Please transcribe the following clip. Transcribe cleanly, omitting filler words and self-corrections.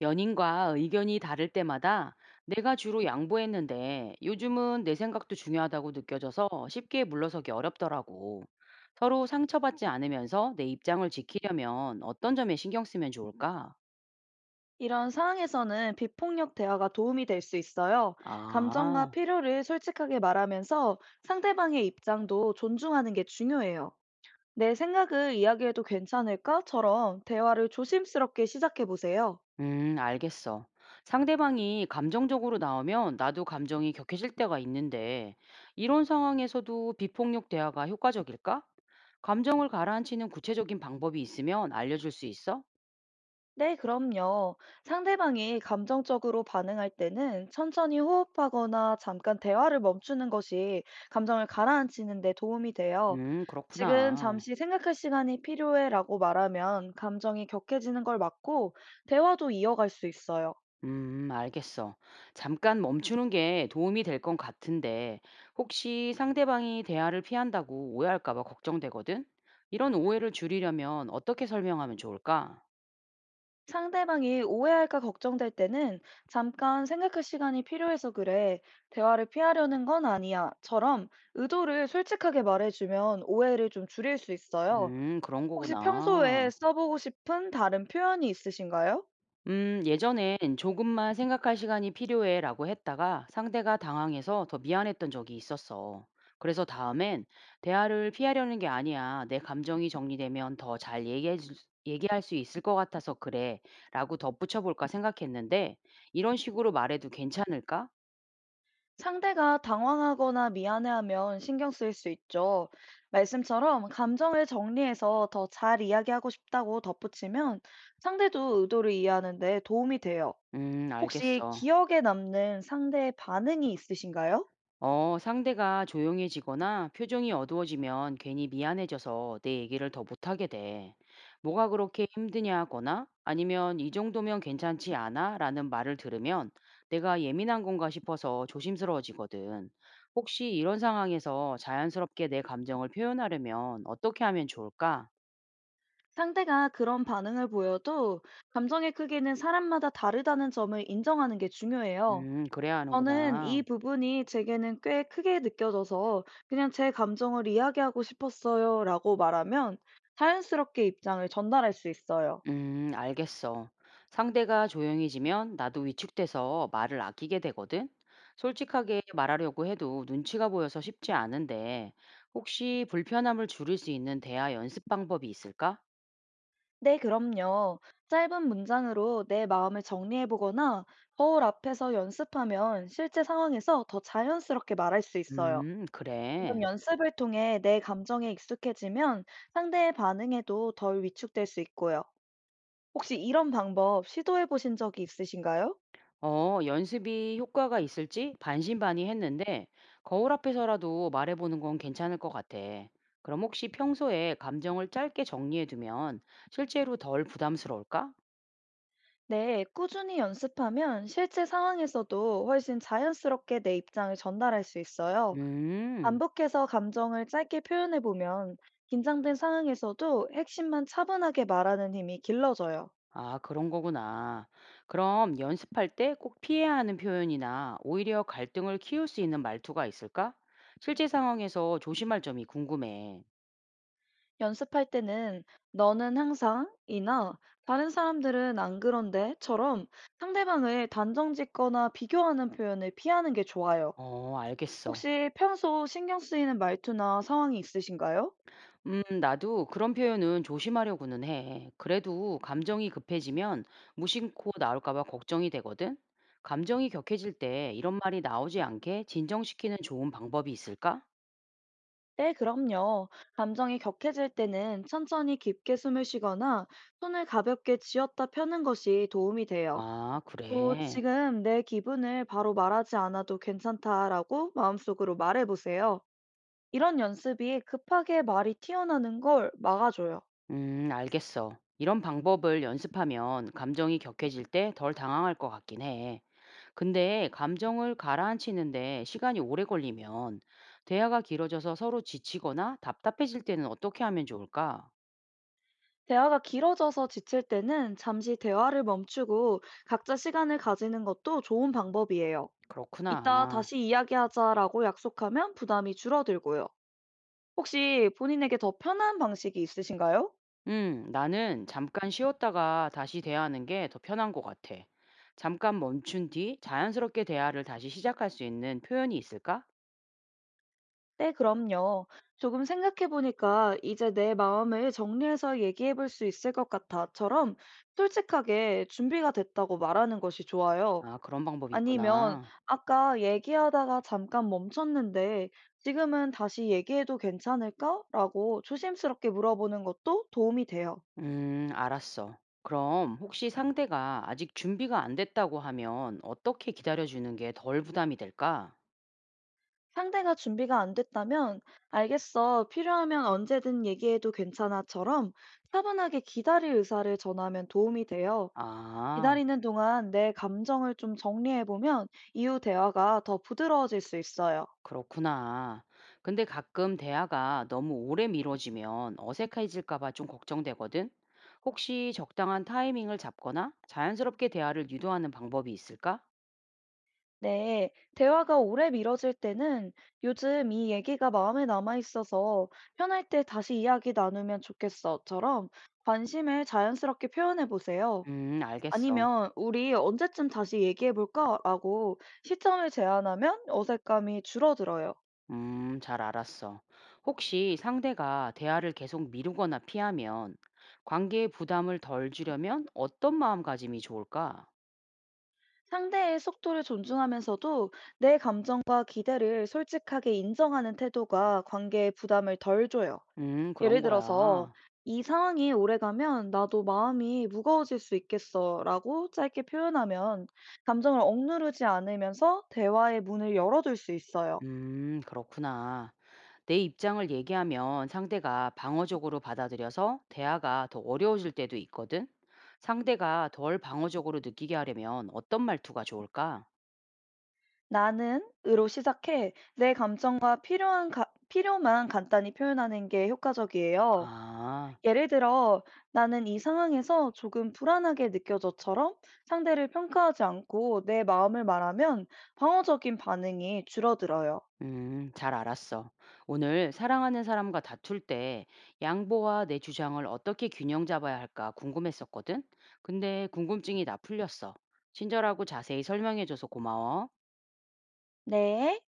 연인과 의견이 다를 때마다 내가 주로 양보했는데 요즘은 내 생각도 중요하다고 느껴져서 쉽게 물러서기 어렵더라고. 서로 상처받지 않으면서 내 입장을 지키려면 어떤 점에 신경 쓰면 좋을까? 이런 상황에서는 비폭력 대화가 도움이 될 수 있어요. 감정과 아, 필요를 솔직하게 말하면서 상대방의 입장도 존중하는 게 중요해요. 내 생각을 이야기해도 괜찮을까?처럼 대화를 조심스럽게 시작해 보세요. 알겠어. 상대방이 감정적으로 나오면 나도 감정이 격해질 때가 있는데 이런 상황에서도 비폭력 대화가 효과적일까? 감정을 가라앉히는 구체적인 방법이 있으면 알려줄 수 있어? 네, 그럼요. 상대방이 감정적으로 반응할 때는 천천히 호흡하거나 잠깐 대화를 멈추는 것이 감정을 가라앉히는 데 도움이 돼요. 지금 그렇구나. 잠시 생각할 시간이 필요해라고 말하면 감정이 격해지는 걸 막고 대화도 이어갈 수 있어요. 알겠어. 잠깐 멈추는 게 도움이 될 건 같은데, 혹시 상대방이 대화를 피한다고 오해할까 봐 걱정되거든? 이런 오해를 줄이려면 어떻게 설명하면 좋을까? 상대방이 오해할까 걱정될 때는 잠깐 생각할 시간이 필요해서 그래. 대화를 피하려는 건 아니야. 처럼 의도를 솔직하게 말해주면 오해를 좀 줄일 수 있어요. 그런 혹시 평소에 거구나. 써보고 싶은 다른 표현이 있으신가요? 예전엔 조금만 생각할 시간이 필요해 라고 했다가 상대가 당황해서 더 미안했던 적이 있었어. 그래서 다음엔 대화를 피하려는 게 아니야. 내 감정이 정리되면 더 잘 얘기할 수 있을 것 같아서 그래. 라고 덧붙여 볼까 생각했는데 이런 식으로 말해도 괜찮을까? 상대가 당황하거나 미안해하면 신경 쓰일 수 있죠. 말씀처럼 감정을 정리해서 더 잘 이야기하고 싶다고 덧붙이면 상대도 의도를 이해하는 데 도움이 돼요. 혹시 알겠어. 기억에 남는 상대의 반응이 있으신가요? 어, 상대가 조용해지거나 표정이 어두워지면 괜히 미안해져서 내 얘기를 더 못하게 돼. 뭐가 그렇게 힘드냐거나 아니면 이 정도면 괜찮지 않아? 라는 말을 들으면 내가 예민한 건가 싶어서 조심스러워지거든. 혹시 이런 상황에서 자연스럽게 내 감정을 표현하려면 어떻게 하면 좋을까? 상대가 그런 반응을 보여도 감정의 크기는 사람마다 다르다는 점을 인정하는 게 중요해요. 그래야 저는 이 하는구나. 부분이 제게는 꽤 크게 느껴져서 그냥 "제 감정을 이야기하고 싶었어요."라고 말하면 자연스럽게 입장을 전달할 수 있어요. 알겠어. 상대가 조용해지면 나도 위축돼서 말을 아끼게 되거든. 솔직하게 말하려고 해도 눈치가 보여서 쉽지 않은데, 혹시 불편함을 줄일 수 있는 대화 연습 방법이 있을까? "네, 그럼요." 짧은 문장으로 내 마음을 정리해 보거나 거울 앞에서 연습하면 실제 상황에서 더 자연스럽게 말할 수 있어요. 이런 그래. 연습을 통해 내 감정에 익숙해지면 상대의 반응에도 덜 위축될 수 있고요. 혹시 이런 방법 시도해 보신 적이 있으신가요? 어, 연습이 효과가 있을지 반신반의 했는데, 거울 앞에서라도 말해보는 건 괜찮을 것 같아. 그럼 혹시 평소에 감정을 짧게 정리해두면 실제로 덜 부담스러울까? 네, 꾸준히 연습하면 실제 상황에서도 훨씬 자연스럽게 내 입장을 전달할 수 있어요. 음. 반복해서 감정을 짧게 표현해 보면 긴장된 상황에서도 핵심만 차분하게 말하는 힘이 길러져요. 아, 그런 거구나. 그럼 연습할 때 꼭 피해야 하는 표현이나 오히려 갈등을 키울 수 있는 말투가 있을까? 실제 상황에서 조심할 점이 궁금해. 연습할 때는 너는 항상 이나 다른 사람들은 안 그런데처럼 상대방을 단정 짓거나 비교하는 표현을 피하는 게 좋아요. 어, 알겠어. 혹시 평소 신경 쓰이는 말투나 상황이 있으신가요? 나도 그런 표현은 조심하려고는 해. 그래도 감정이 급해지면 무심코 나올까 봐 걱정이 되거든. 감정이 격해질 때 이런 말이 나오지 않게 진정시키는 좋은 방법이 있을까? 네, 그럼요. 감정이 격해질 때는 천천히 깊게 숨을 쉬거나 손을 가볍게 쥐었다 펴는 것이 도움이 돼요. 아, 또 그래. 지금 내 기분을 바로 말하지 않아도 괜찮다라고 마음속으로 말해보세요. 이런 연습이 급하게 말이 튀어나오는 걸 막아줘요. 알겠어. 이런 방법을 연습하면 감정이 격해질 때 덜 당황할 것 같긴 해. 근데 감정을 가라앉히는데 시간이 오래 걸리면 대화가 길어져서 서로 지치거나 답답해질 때는 어떻게 하면 좋을까? 대화가 길어져서 지칠 때는 잠시 대화를 멈추고 각자 시간을 가지는 것도 좋은 방법이에요. 이따 그렇구나. 다시 이야기하자라고 약속하면 부담이 줄어들고요. 혹시 본인에게 더 편한 방식이 있으신가요? 나는 잠깐 쉬었다가 다시 대화하는 게 더 편한 것 같아. 잠깐 멈춘 뒤 자연스럽게 대화를 다시 시작할 수 있는 표현이 있을까? 네, 그럼요. 조금 생각해 보니까 이제 내 마음을 정리해서 얘기해 볼 수 있을 것 같아처럼 솔직하게 준비가 됐다고 말하는 것이 좋아요. 아, 그런 방법이 아니면 있구나. 아까 얘기하다가 잠깐 멈췄는데 지금은 다시 얘기해도 괜찮을까? 라고 조심스럽게 물어보는 것도 도움이 돼요. 알았어. 그럼 혹시 상대가 아직 준비가 안 됐다고 하면 어떻게 기다려주는 게 덜 부담이 될까? 상대가 준비가 안 됐다면, 알겠어. 필요하면 언제든 얘기해도 괜찮아처럼 차분하게 기다릴 의사를 전하면 도움이 돼요. 아, 기다리는 동안 내 감정을 좀 정리해보면 이후 대화가 더 부드러워질 수 있어요. 그렇구나. 근데 가끔 대화가 너무 오래 미뤄지면 어색해질까 봐 좀 걱정되거든. 혹시 적당한 타이밍을 잡거나 자연스럽게 대화를 유도하는 방법이 있을까? 네, 대화가 오래 미뤄질 때는 요즘 이 얘기가 마음에 남아있어서 편할 때 다시 이야기 나누면 좋겠어처럼 관심을 자연스럽게 표현해보세요. 알겠어. 아니면 "우리 언제쯤 다시 얘기해 볼까?"라고 시점을 제안하면 어색감이 줄어들어요. 잘 알았어. 혹시 상대가 대화를 계속 미루거나 피하면 관계의 부담을 덜 주려면 어떤 마음가짐이 좋을까? 상대의 속도를 존중하면서도 내 감정과 기대를 솔직하게 인정하는 태도가 관계에 부담을 덜 줘요. 그런 예를 들어서 거야. "이 상황이 오래가면 나도 마음이 무거워질 수 있겠어."라고 짧게 표현하면 감정을 억누르지 않으면서 대화의 문을 열어둘 수 있어요. 그렇구나. 내 입장을 얘기하면 상대가 방어적으로 받아들여서 대화가 더 어려워질 때도 있거든. 상대가 덜 방어적으로 느끼게 하려면 어떤 말투가 좋을까? 나는 으로 시작해 내 감정과 필요만 간단히 표현하는 게 효과적이에요. 아. 예를 들어, 나는 이 상황에서 조금 불안하게 느껴져처럼 상대를 평가하지 않고 내 마음을 말하면 방어적인 반응이 줄어들어요. 잘 알았어. 오늘 사랑하는 사람과 다툴 때 양보와 내 주장을 어떻게 균형 잡아야 할까 궁금했었거든. 근데 궁금증이 다 풀렸어. 친절하고 자세히 설명해줘서 고마워. 네.